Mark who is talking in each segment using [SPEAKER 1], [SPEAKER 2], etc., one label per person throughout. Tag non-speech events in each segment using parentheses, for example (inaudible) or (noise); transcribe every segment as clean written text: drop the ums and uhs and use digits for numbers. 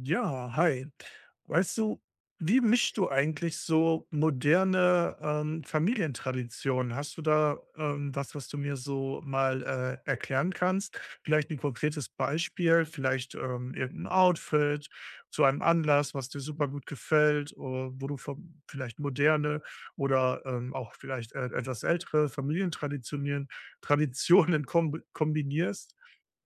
[SPEAKER 1] Ja, hi. Weißt du, wie mischst du eigentlich so moderne Familientraditionen? Hast du da was, was du mir so mal erklären kannst? Vielleicht ein konkretes Beispiel, vielleicht irgendein Outfit zu einem Anlass, was dir super gut gefällt, oder wo du vom, vielleicht moderne oder auch vielleicht etwas ältere Familientraditionen Traditionen kombinierst.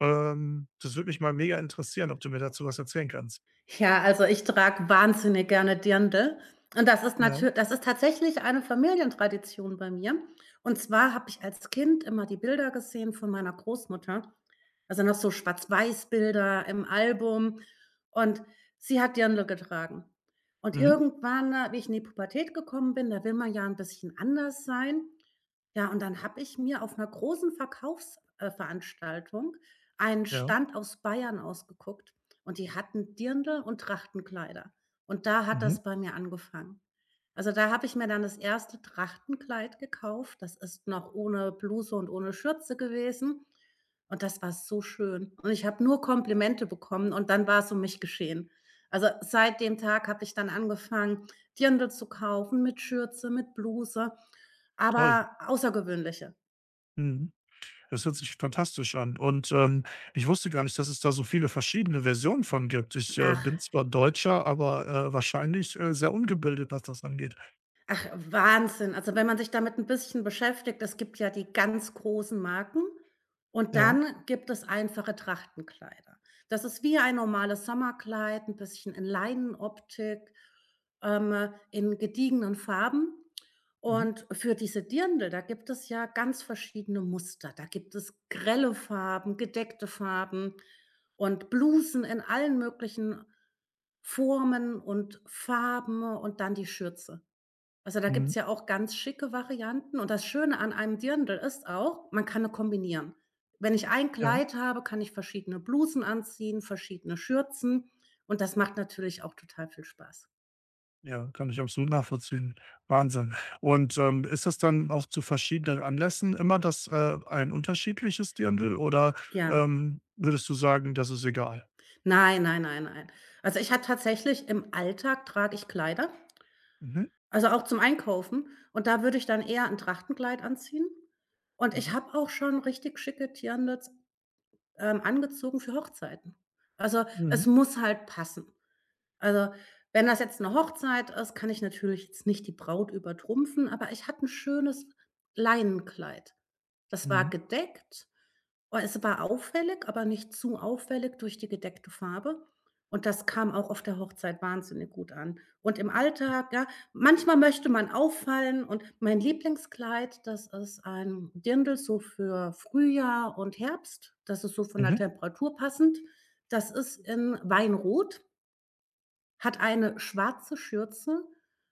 [SPEAKER 1] Das würde mich mal mega interessieren, ob du mir dazu was erzählen kannst.
[SPEAKER 2] Ja, also ich trage wahnsinnig gerne Dirndl. Und das ist
[SPEAKER 1] Ja.
[SPEAKER 2] natürlich, das ist tatsächlich eine Familientradition bei mir. Und zwar habe ich als Kind immer die Bilder gesehen von meiner Großmutter. Also noch so Schwarz-Weiß-Bilder im Album. Und sie hat Dirndl getragen. Und
[SPEAKER 1] Mhm.
[SPEAKER 2] irgendwann, wie ich in die Pubertät gekommen bin, da will man ja ein bisschen anders sein. Ja, und dann habe ich mir auf einer großen Verkaufsveranstaltung einen
[SPEAKER 1] Ja.
[SPEAKER 2] Stand aus Bayern ausgeguckt und die hatten Dirndl und Trachtenkleider. Und da hat
[SPEAKER 1] Mhm.
[SPEAKER 2] das bei mir angefangen. Also, da habe ich mir dann das erste Trachtenkleid gekauft. Das ist noch ohne Bluse und ohne Schürze gewesen und das war so schön. Und ich habe nur Komplimente bekommen und dann war es um mich geschehen. Also, seit dem Tag habe ich dann angefangen, Dirndl zu kaufen mit Schürze, mit Bluse.
[SPEAKER 1] Toll.
[SPEAKER 2] Aber außergewöhnliche.
[SPEAKER 1] Mhm. Das hört sich fantastisch an. Und, ich wusste gar nicht, dass es da so viele verschiedene Versionen von gibt. Ich,
[SPEAKER 2] Ach,
[SPEAKER 1] bin zwar Deutscher, aber, wahrscheinlich, sehr ungebildet, was das angeht.
[SPEAKER 2] ach, Wahnsinn. Also, wenn man sich damit ein bisschen beschäftigt, es gibt ja die ganz großen Marken und
[SPEAKER 1] Ja.
[SPEAKER 2] dann gibt es einfache Trachtenkleider. Das ist wie ein normales Sommerkleid, ein bisschen in Leinenoptik, in gediegenen Farben.
[SPEAKER 1] Mhm.
[SPEAKER 2] Und für diese Dirndl, da gibt es ja ganz verschiedene Muster. Da gibt es grelle Farben, gedeckte Farben und Blusen in allen möglichen Formen und Farben und dann die Schürze. Also, da gibt's
[SPEAKER 1] Mhm.
[SPEAKER 2] ja auch ganz schicke Varianten und das Schöne an einem Dirndl ist auch, man kann 'ne kombinieren. Wenn ich ein
[SPEAKER 1] Ja.
[SPEAKER 2] Kleid habe, kann ich verschiedene Blusen anziehen, verschiedene Schürzen und das macht natürlich auch total viel Spaß.
[SPEAKER 1] Ja, kann ich absolut nachvollziehen. Wahnsinn. Und, ist das dann auch zu verschiedenen Anlässen immer das, ein unterschiedliches Dirndl oder,
[SPEAKER 2] Ja.
[SPEAKER 1] würdest du sagen, das ist egal?
[SPEAKER 2] Nein, nein, nein, nein. Also, ich habe tatsächlich im Alltag trage ich Kleider,
[SPEAKER 1] Mhm.
[SPEAKER 2] also auch zum Einkaufen und da würde ich dann eher 'n Trachtenkleid anziehen und ich
[SPEAKER 1] Mhm.
[SPEAKER 2] habe auch schon richtig schicke Dirndls angezogen für Hochzeiten. Also,
[SPEAKER 1] Mhm.
[SPEAKER 2] es muss halt passen. Also, wenn das jetzt 'ne Hochzeit ist, kann ich natürlich jetzt nicht die Braut übertrumpfen, aber ich hatte 'n schönes Leinenkleid. Das war
[SPEAKER 1] Mhm.
[SPEAKER 2] gedeckt. Oh, es war auffällig, aber nicht zu auffällig durch die gedeckte Farbe. Und das kam auch auf der Hochzeit wahnsinnig gut an. Und im Alltag, ja, manchmal möchte man auffallen und mein Lieblingskleid, das ist ein Dirndl so für Frühjahr und Herbst. Das ist so von der
[SPEAKER 1] Mhm.
[SPEAKER 2] Temperatur passend. Das ist in Weinrot. Hat eine schwarze Schürze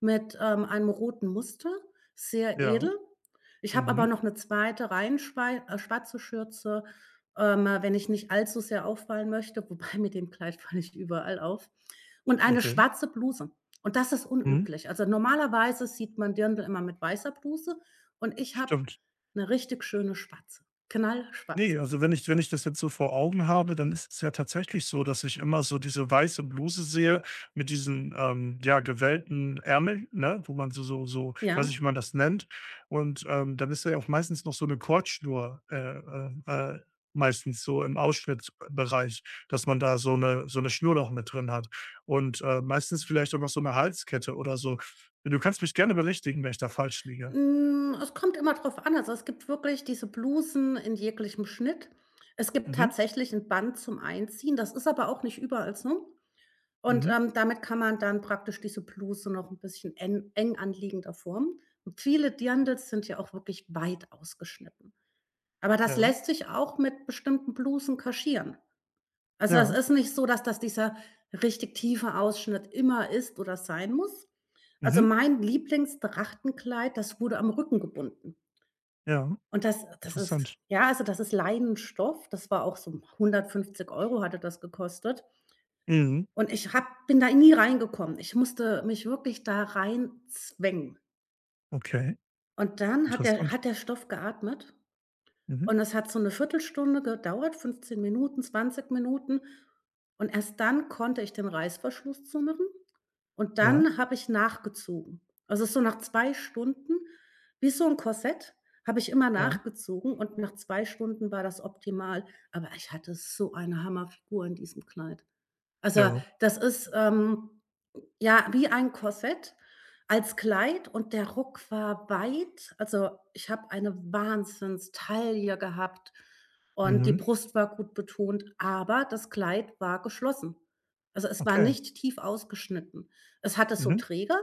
[SPEAKER 2] mit, einem roten Muster, sehr
[SPEAKER 1] Ja.
[SPEAKER 2] edel. Ich habe aber
[SPEAKER 1] Mhm.
[SPEAKER 2] noch eine zweite rein schwei schwarze Schürze, wenn ich nicht allzu sehr auffallen möchte, (laughs) wobei mit dem Kleid falle ich überall auf. Und eine
[SPEAKER 1] Okay.
[SPEAKER 2] schwarze Bluse. Und das ist
[SPEAKER 1] Mhm.
[SPEAKER 2] unüblich. Also, normalerweise sieht man Dirndl immer mit weißer Bluse und ich habe
[SPEAKER 1] Stimmt.
[SPEAKER 2] eine richtig schöne schwarze, knallschwarz,
[SPEAKER 1] Ne, also wenn ich das jetzt so vor Augen habe, dann ist es ja tatsächlich so, dass ich immer so diese weiße Bluse sehe mit diesen, ja, gewellten Ärmeln, ne, wo man so ich weiß
[SPEAKER 2] ja.
[SPEAKER 1] nicht, wie man das nennt. Und, dann ist da ja auch meistens noch so eine Kordschnur, meistens so im Ausschnittbereich, dass man da so eine Schnur noch mit drin hat und, meistens vielleicht auch noch so eine Halskette oder so. Du kannst mich gerne berichtigen, wenn ich da falsch liege.
[SPEAKER 2] Hm, es kommt immer drauf an. Also, es gibt wirklich diese Blusen in jeglichem Schnitt. Es gibt
[SPEAKER 1] Mhm,
[SPEAKER 2] tatsächlich ein Band zum Einziehen, das ist aber auch nicht überall so. Und,
[SPEAKER 1] mhm,
[SPEAKER 2] damit kann man dann praktisch diese Bluse noch ein bisschen en eng anliegender formen. Und viele Dirndls sind ja auch wirklich weit ausgeschnitten. Aber das
[SPEAKER 1] ja,
[SPEAKER 2] lässt sich auch mit bestimmten Blusen kaschieren. Also, es
[SPEAKER 1] ja,
[SPEAKER 2] ist nicht so, dass das dieser richtig tiefe Ausschnitt immer ist oder sein muss. Also,
[SPEAKER 1] mhm.
[SPEAKER 2] mein Lieblingsdrachtenkleid, das wurde am Rücken gebunden.
[SPEAKER 1] Ja,
[SPEAKER 2] Und das ist
[SPEAKER 1] interessant.
[SPEAKER 2] ja, also, das ist Leinenstoff. Das war auch so 150 Euro hatte das gekostet.
[SPEAKER 1] Mhm.
[SPEAKER 2] Und ich habe bin da nie reingekommen. Ich musste mich wirklich da reinzwängen.
[SPEAKER 1] Okay,
[SPEAKER 2] Und dann hat
[SPEAKER 1] interessant.
[SPEAKER 2] der Stoff geatmet
[SPEAKER 1] Mhm.
[SPEAKER 2] und das hat so 'ne Viertelstunde gedauert, 15 Minuten, 20 Minuten. Und erst dann konnte ich den Reißverschluss zumachen. Und
[SPEAKER 1] Ja,
[SPEAKER 2] dann habe ich nachgezogen. Also, so nach 2 Stunden, wie so 'n Korsett, habe ich immer
[SPEAKER 1] ja,
[SPEAKER 2] nachgezogen und nach 2 Stunden war das optimal. Aber ich hatte so eine Hammerfigur in diesem Kleid. Also,
[SPEAKER 1] ja.
[SPEAKER 2] das ist, ja, wie ein Korsett als Kleid und der Ruck war weit. Also, ich habe eine Wahnsinnstaille gehabt und die
[SPEAKER 1] Mhm.
[SPEAKER 2] Brust war gut betont, aber das Kleid war geschlossen. Also, es war
[SPEAKER 1] Okay.
[SPEAKER 2] nicht tief ausgeschnitten. Es hatte so
[SPEAKER 1] Mhm.
[SPEAKER 2] Träger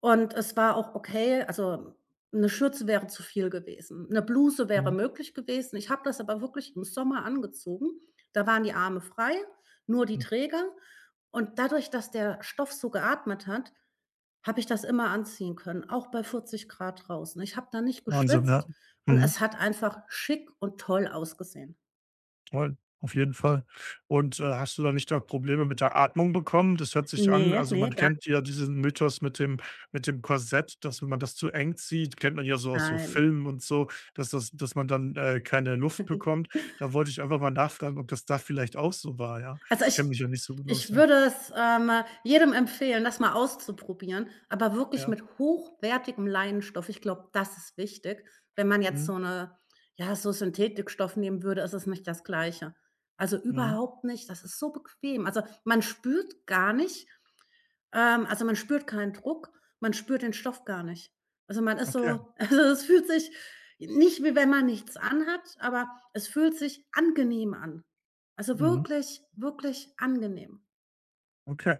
[SPEAKER 2] und es war auch okay, also eine Schürze wäre zu viel gewesen. Eine Bluse wäre
[SPEAKER 1] Mhm.
[SPEAKER 2] möglich gewesen. Ich habe das aber wirklich im Sommer angezogen. Da waren die Arme frei, nur die
[SPEAKER 1] Mhm.
[SPEAKER 2] Träger. Und dadurch, dass der Stoff so geatmet hat, habe ich das immer anziehen können, auch bei 40 Grad draußen. Ich habe da nicht
[SPEAKER 1] Wahnsinn,
[SPEAKER 2] geschwitzt
[SPEAKER 1] ja.
[SPEAKER 2] und
[SPEAKER 1] Mhm.
[SPEAKER 2] es hat einfach schick und toll ausgesehen.
[SPEAKER 1] Toll, auf jeden Fall. Und, hast du da nicht auch Probleme mit der Atmung bekommen? Das hört sich an,
[SPEAKER 2] Ne,
[SPEAKER 1] also,
[SPEAKER 2] ne,
[SPEAKER 1] man
[SPEAKER 2] gar
[SPEAKER 1] kennt ja diesen Mythos mit dem Korsett, dass wenn man das zu eng zieht, kennt man ja so aus so
[SPEAKER 2] nein.
[SPEAKER 1] Filmen und so, dass man dann, keine Luft bekommt. Da wollte ich einfach mal nachfragen, ob das da vielleicht auch so war, ja?
[SPEAKER 2] Also,
[SPEAKER 1] Ich kenne mich ja nicht so gut aus,
[SPEAKER 2] ich
[SPEAKER 1] ja.
[SPEAKER 2] würde es, jedem empfehlen, das mal auszuprobieren, aber wirklich
[SPEAKER 1] Ja.
[SPEAKER 2] mit hochwertigem Leinenstoff. Ich glaube, das ist wichtig. Wenn man jetzt
[SPEAKER 1] Mhm.
[SPEAKER 2] so eine ja, so Synthetikstoff nehmen würde, ist es nicht das Gleiche. Also,
[SPEAKER 1] Mhm.
[SPEAKER 2] überhaupt nicht. Das ist so bequem. Also, man spürt gar nicht, also, man spürt keinen Druck, man spürt den Stoff gar nicht. Also, man ist
[SPEAKER 1] Okay.
[SPEAKER 2] so (laughs) also, es fühlt sich nicht wie wenn man nichts anhat, aber es fühlt sich angenehm an. Also,
[SPEAKER 1] Mhm.
[SPEAKER 2] wirklich, wirklich angenehm.
[SPEAKER 1] Okay.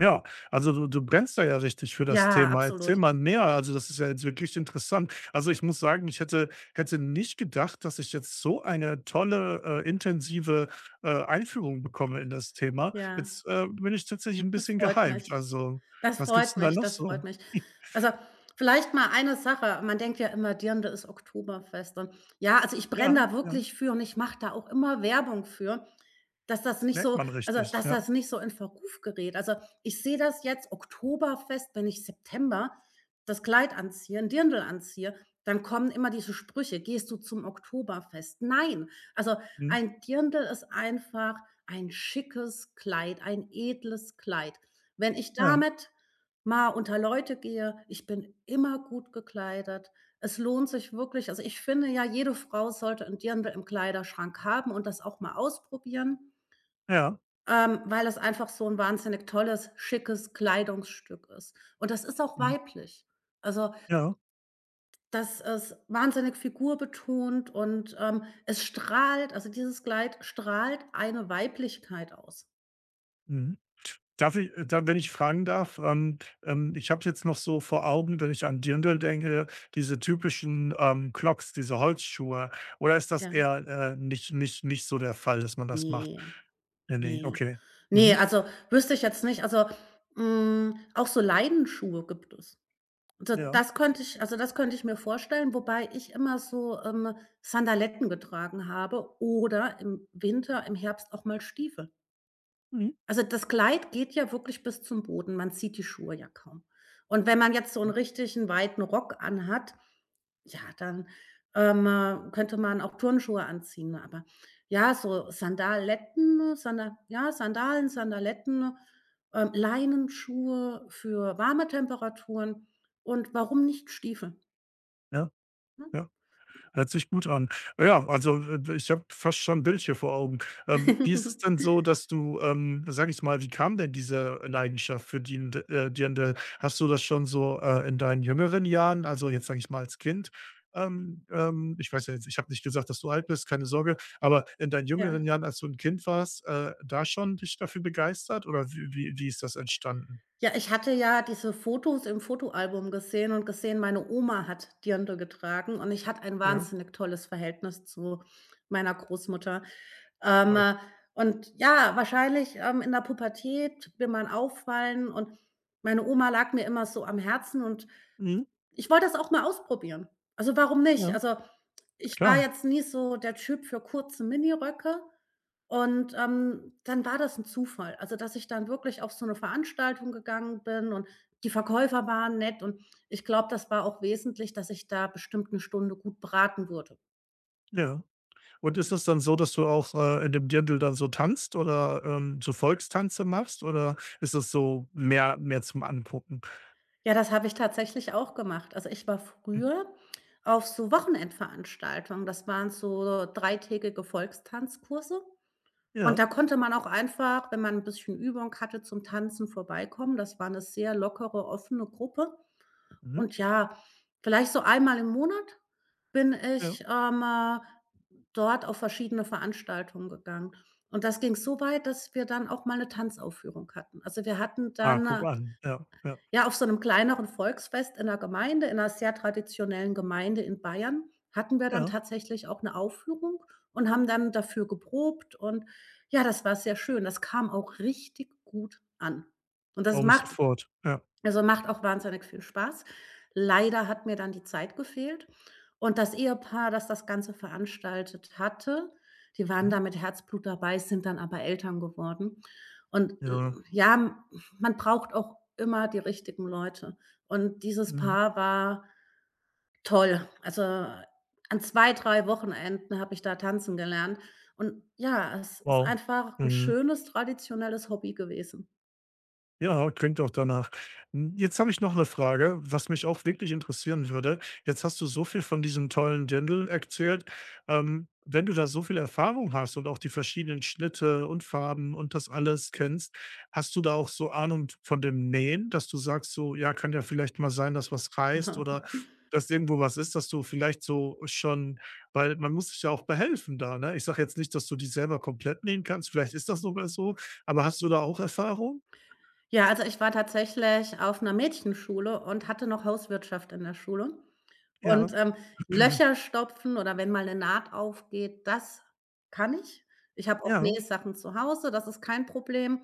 [SPEAKER 1] Ja, also du brennst da ja richtig für das
[SPEAKER 2] Ja,
[SPEAKER 1] Thema. Erzähl
[SPEAKER 2] absolut.
[SPEAKER 1] mal mehr. Also, das ist ja jetzt wirklich interessant. Also, ich muss sagen, hätte nicht gedacht, dass ich jetzt so eine tolle, intensive Einführung bekomme in das Thema.
[SPEAKER 2] Ja,
[SPEAKER 1] Jetzt bin ich tatsächlich ein
[SPEAKER 2] das
[SPEAKER 1] bisschen
[SPEAKER 2] freut
[SPEAKER 1] gehypt.
[SPEAKER 2] mich.
[SPEAKER 1] Also,
[SPEAKER 2] Das
[SPEAKER 1] was gibt's
[SPEAKER 2] freut
[SPEAKER 1] denn da
[SPEAKER 2] mich,
[SPEAKER 1] noch
[SPEAKER 2] das freut
[SPEAKER 1] so?
[SPEAKER 2] mich.
[SPEAKER 1] (laughs)
[SPEAKER 2] Also, vielleicht mal eine Sache. Man denkt ja immer, Dirndl ist Oktoberfest und ja, also ich brenne
[SPEAKER 1] Ja,
[SPEAKER 2] da
[SPEAKER 1] ja.
[SPEAKER 2] wirklich für und ich mache da auch immer Werbung für, dass das
[SPEAKER 1] Das
[SPEAKER 2] nicht
[SPEAKER 1] merkt
[SPEAKER 2] so
[SPEAKER 1] man
[SPEAKER 2] also,
[SPEAKER 1] richtig.
[SPEAKER 2] dass
[SPEAKER 1] Ja.
[SPEAKER 2] das nicht so in Verruf gerät. Also, ich sehe das jetzt Oktoberfest, wenn ich September das Kleid anziehe, ein Dirndl anziehe, dann kommen immer diese Sprüche: „Gehst du zum Oktoberfest?" Nein, also,
[SPEAKER 1] Mhm.
[SPEAKER 2] ein Dirndl ist einfach ein schickes Kleid, ein edles Kleid. Wenn ich
[SPEAKER 1] Ja.
[SPEAKER 2] damit mal unter Leute gehe, ich bin immer gut gekleidet. Es lohnt sich wirklich. Also, ich finde ja, jede Frau sollte 'n Dirndl im Kleiderschrank haben und das auch mal ausprobieren,
[SPEAKER 1] Ja.
[SPEAKER 2] weil es einfach so ein wahnsinnig tolles, schickes Kleidungsstück ist. Und das ist auch
[SPEAKER 1] Mhm.
[SPEAKER 2] weiblich. Also,
[SPEAKER 1] Ja.
[SPEAKER 2] das ist wahnsinnig figurbetont und, es strahlt also, dieses Kleid strahlt eine Weiblichkeit aus.
[SPEAKER 1] Mhm. Darf ich da wenn ich fragen darf, ich habe jetzt noch so vor Augen, wenn ich an Dirndl denke, diese typischen, Clogs, diese Holzschuhe. Oder ist das
[SPEAKER 2] Ja.
[SPEAKER 1] eher, nicht so der Fall, dass man das macht?
[SPEAKER 2] Ne,
[SPEAKER 1] Ne, ne,
[SPEAKER 2] ne.
[SPEAKER 1] okay.
[SPEAKER 2] Ne,
[SPEAKER 1] Mhm.
[SPEAKER 2] also wüsste ich jetzt nicht. Also, hm, auch so Leidenschuhe gibt es. Also
[SPEAKER 1] Ja.
[SPEAKER 2] das könnte ich also, das könnte ich mir vorstellen, wobei ich immer so, Sandaletten getragen habe oder im Winter, im Herbst auch mal Stiefel.
[SPEAKER 1] Mhm.
[SPEAKER 2] Also, das Kleid geht ja wirklich bis zum Boden. Man sieht die Schuhe ja kaum. Und wenn man jetzt so einen richtigen weiten Rock anhat ja, dann, könnte man auch Turnschuhe anziehen, ne, aber ja, so Sandaletten, Sanda ja, Sandalen, Sandaletten, Leinenschuhe für warme Temperaturen und warum nicht Stiefel,
[SPEAKER 1] Ja,
[SPEAKER 2] ne?
[SPEAKER 1] ja. Hört sich gut an. Ja, also, ich habe fast schon 'n Bild hier vor Augen. Wie ist es denn
[SPEAKER 2] (laughs)
[SPEAKER 1] so, dass du, sage ich mal wie kam denn diese Leidenschaft für die Dirndl? Hast du das schon so, in deinen jüngeren Jahren, also, jetzt sage ich mal als Kind, ich weiß ja jetzt ich habe nicht gesagt, dass du alt bist, keine Sorge, aber in deinen jüngeren
[SPEAKER 2] Ja.
[SPEAKER 1] Jahren, als du ein Kind warst, da schon dich dafür begeistert oder wie ist das entstanden?
[SPEAKER 2] Ja, ich hatte ja diese Fotos im Fotoalbum gesehen und gesehen, meine Oma hat Dirndl getragen und ich hatte ein
[SPEAKER 1] Ja,
[SPEAKER 2] wahnsinnig tolles Verhältnis zu meiner Großmutter. Ähm,
[SPEAKER 1] stark.
[SPEAKER 2] äh, und ja, wahrscheinlich, in der Pubertät will man auffallen und meine Oma lag mir immer so am Herzen und
[SPEAKER 1] Mhm,
[SPEAKER 2] ich wollte das auch mal ausprobieren. Also, warum nicht?
[SPEAKER 1] ja,
[SPEAKER 2] Also, ich war
[SPEAKER 1] klar,
[SPEAKER 2] jetzt nie so der Typ für kurze Miniröcke und, dann war das ein Zufall. Also, dass ich dann wirklich auf so eine Veranstaltung gegangen bin und die Verkäufer waren nett und ich glaube, das war auch wesentlich, dass ich da bestimmt eine Stunde gut beraten wurde.
[SPEAKER 1] ja. Und ist das dann so, dass du auch, in dem Dirndl dann so tanzt oder, so Volkstanze machst oder ist das so mehr zum Angucken?
[SPEAKER 2] Ja, das habe ich tatsächlich auch gemacht. Also, ich war
[SPEAKER 1] Hm,
[SPEAKER 2] früher auf so Wochenendveranstaltungen. Das waren so dreitägige Volkstanzkurse. Und
[SPEAKER 1] ja,
[SPEAKER 2] da konnte man auch einfach, wenn man ein bisschen Übung hatte, zum Tanzen vorbeikommen. Das war eine sehr lockere, offene Gruppe.
[SPEAKER 1] mhm,
[SPEAKER 2] Und ja, vielleicht so einmal im Monat bin
[SPEAKER 1] ja.
[SPEAKER 2] ich, dort auf verschiedene Veranstaltungen gegangen. Und das ging so weit, dass wir dann auch mal eine Tanzaufführung hatten. Also, wir hatten
[SPEAKER 1] Ah,
[SPEAKER 2] dann,
[SPEAKER 1] guck an. Ja, ja,
[SPEAKER 2] ja, auf so einem kleineren Volksfest in der Gemeinde in einer sehr traditionellen Gemeinde in Bayern hatten wir dann
[SPEAKER 1] ja,
[SPEAKER 2] tatsächlich auch 'ne Aufführung und haben dann dafür geprobt und ja, das war sehr schön. Das kam auch richtig gut an. Und das
[SPEAKER 1] glaube ich
[SPEAKER 2] macht
[SPEAKER 1] sofort. Ja,
[SPEAKER 2] also, macht auch wahnsinnig viel Spaß. Leider hat mir dann die Zeit gefehlt und das Ehepaar, das das Ganze veranstaltet hatte, die waren
[SPEAKER 1] mhm,
[SPEAKER 2] da mit Herzblut dabei, sind dann aber Eltern geworden. Und,
[SPEAKER 1] ja,
[SPEAKER 2] ja, m man braucht auch immer die richtigen Leute. Und dieses
[SPEAKER 1] mhm.
[SPEAKER 2] Paar war toll. Also, an 2 3 Wochenenden habe ich da tanzen gelernt und ja, es ist
[SPEAKER 1] Wow.
[SPEAKER 2] einfach ein
[SPEAKER 1] Mhm.
[SPEAKER 2] schönes traditionelles Hobby gewesen.
[SPEAKER 1] Ja, klingt auch danach. Hm, jetzt habe ich noch eine Frage, was mich auch wirklich interessieren würde. Jetzt hast du so viel von diesem tollen Dirndl erzählt. Wenn du da so viel Erfahrung hast und auch die verschiedenen Schnitte und Farben und das alles kennst, hast du da auch so Ahnung von dem Nähen, dass du sagst so: „Ja, kann ja vielleicht mal sein, dass was reißt
[SPEAKER 2] (laughs)
[SPEAKER 1] oder dass irgendwo was ist, dass du vielleicht so schon“ weil man muss sich ja auch behelfen da, ne? Ich sage jetzt nicht, dass du die selber komplett nähen kannst, vielleicht ist das sogar so, aber hast du da auch Erfahrung?
[SPEAKER 2] Ja, also ich war tatsächlich auf 'ner Mädchenschule und hatte noch Hauswirtschaft in der Schule.
[SPEAKER 1] Ja.
[SPEAKER 2] Und, Löcher stopfen oder wenn mal 'ne Naht aufgeht, das kann ich. Ich habe auch
[SPEAKER 1] Ja,
[SPEAKER 2] Nähsachen zu Hause, das ist kein Problem.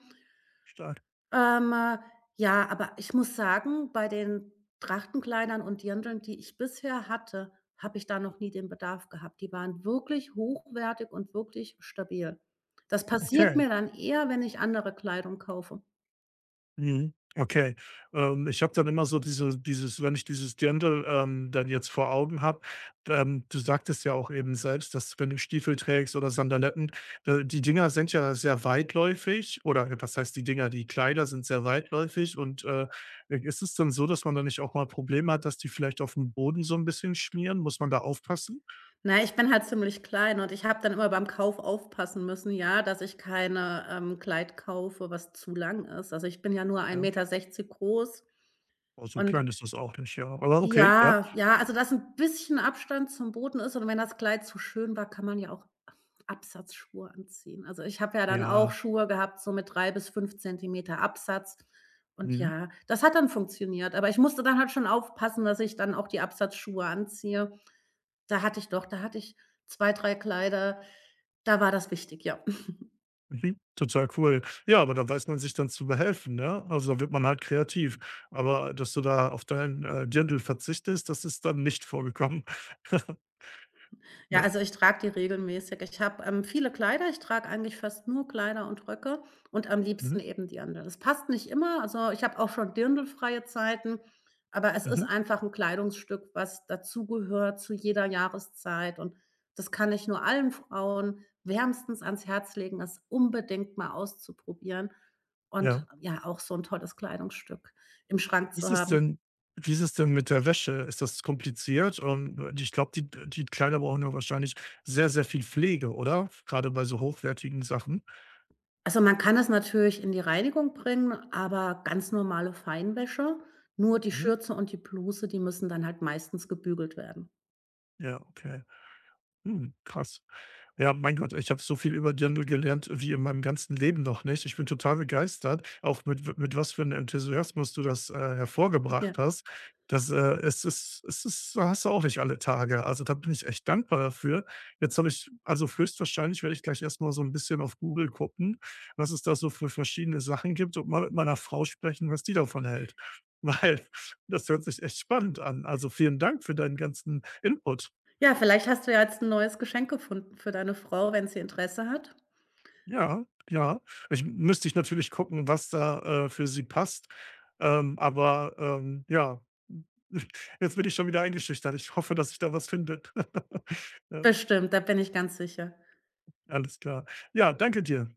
[SPEAKER 1] stark.
[SPEAKER 2] Ähm, äh, ja, aber ich muss sagen, bei den Trachtenkleidern und Dirndeln, die ich bisher hatte, habe ich da noch nie den Bedarf gehabt. Die waren wirklich hochwertig und wirklich stabil. Das passiert
[SPEAKER 1] Okay.
[SPEAKER 2] mir dann eher, wenn ich andere Kleidung kaufe.
[SPEAKER 1] Mhm. Okay. Ich habe dann immer so dieses wenn ich dieses Dirndl, dann jetzt vor Augen habe, du sagtest ja auch eben selbst, dass wenn du Stiefel trägst oder Sandaletten, die Dinger sind ja sehr weitläufig oder was heißt die Dinger, die Kleider sind sehr weitläufig und, ist es dann so, dass man da nicht auch mal Probleme hat, dass die vielleicht auf dem Boden so ein bisschen schmieren? Muss man da aufpassen?
[SPEAKER 2] Na, ich bin halt ziemlich klein und ich habe dann immer beim Kauf aufpassen müssen, ja, dass ich keine, Kleid kaufe, was zu lang ist. Also, ich bin ja nur ein
[SPEAKER 1] Ja.
[SPEAKER 2] Meter sechzig groß
[SPEAKER 1] Oh, so
[SPEAKER 2] und
[SPEAKER 1] klein ist das auch nicht, ja. Aber okay, ja.
[SPEAKER 2] ja, ja, also, dass ein bisschen Abstand zum Boden ist und wenn das Kleid zu schön war, kann man ja auch Absatzschuhe anziehen. Also, ich habe ja dann auch
[SPEAKER 1] Ja.
[SPEAKER 2] Schuhe gehabt, so mit 3 bis 5 cm Absatz und
[SPEAKER 1] Mhm.
[SPEAKER 2] ja, das hat dann funktioniert, aber ich musste dann halt schon aufpassen, dass ich dann auch die Absatzschuhe anziehe. Da hatte ich 2 3 Kleider, da war das wichtig, ja.
[SPEAKER 1] Mhm. Total cool. Ja, aber da weiß man sich dann zu behelfen, ne? Also, da wird man halt kreativ. Aber dass du da auf deinen, Dirndl verzichtest, das ist dann nicht vorgekommen. (laughs)
[SPEAKER 2] Ja,
[SPEAKER 1] Ja.
[SPEAKER 2] also ich trage die regelmäßig. Ich habe, viele Kleider. Ich trage eigentlich fast nur Kleider und Röcke und am
[SPEAKER 1] Mhm.
[SPEAKER 2] liebsten eben die anderen. Das passt nicht immer, also ich habe auch schon dirndlfreie Zeiten, aber es ist
[SPEAKER 1] Mhm.
[SPEAKER 2] einfach ein Kleidungsstück, was dazugehört zu jeder Jahreszeit und das kann ich nur allen Frauen wärmstens ans Herz legen, das unbedingt mal auszuprobieren und
[SPEAKER 1] Ja.
[SPEAKER 2] ja, auch so ein tolles Kleidungsstück im Schrank
[SPEAKER 1] Wie ist
[SPEAKER 2] zu
[SPEAKER 1] es
[SPEAKER 2] haben.
[SPEAKER 1] denn wie ist es denn mit der Wäsche? Ist das kompliziert? Und, ich glaube, die Kleider brauchen ja wahrscheinlich sehr, sehr viel Pflege, oder, gerade bei so hochwertigen Sachen?
[SPEAKER 2] Also, man kann es natürlich in die Reinigung bringen, aber ganz normale Feinwäsche. Nur die
[SPEAKER 1] Mhm.
[SPEAKER 2] Schürze und die Bluse, die müssen dann halt meistens gebügelt werden.
[SPEAKER 1] Ja, okay. Hm, krass. Ja, mein Gott, ich habe so viel über Dirndl gelernt wie in meinem ganzen Leben noch nicht. Ich bin total begeistert, auch mit was für einem Enthusiasmus du das
[SPEAKER 2] Ja.
[SPEAKER 1] hervorgebracht hast. Das, es ist, hast du auch nicht alle Tage. Also da bin ich echt dankbar dafür. Jetzt habe ich, also höchstwahrscheinlich werde ich gleich erstmal so ein bisschen auf Google gucken, was es da so für verschiedene Sachen gibt und mal mit meiner Frau sprechen, was die davon hält. (laughs) Weil das hört sich echt spannend an. Also vielen Dank für deinen ganzen Input.
[SPEAKER 2] Ja, vielleicht hast du ja jetzt ein neues Geschenk gefunden für deine Frau, wenn sie Interesse hat.
[SPEAKER 1] Ja, ja. Ich müsste ich natürlich gucken, was da, für sie passt. Aber, ja, (laughs) jetzt bin ich schon wieder eingeschüchtert. Ich hoffe, dass ich da was finde. (laughs) Ja,
[SPEAKER 2] Bestimmt, da bin ich ganz sicher.
[SPEAKER 1] alles klar. Ja, danke dir.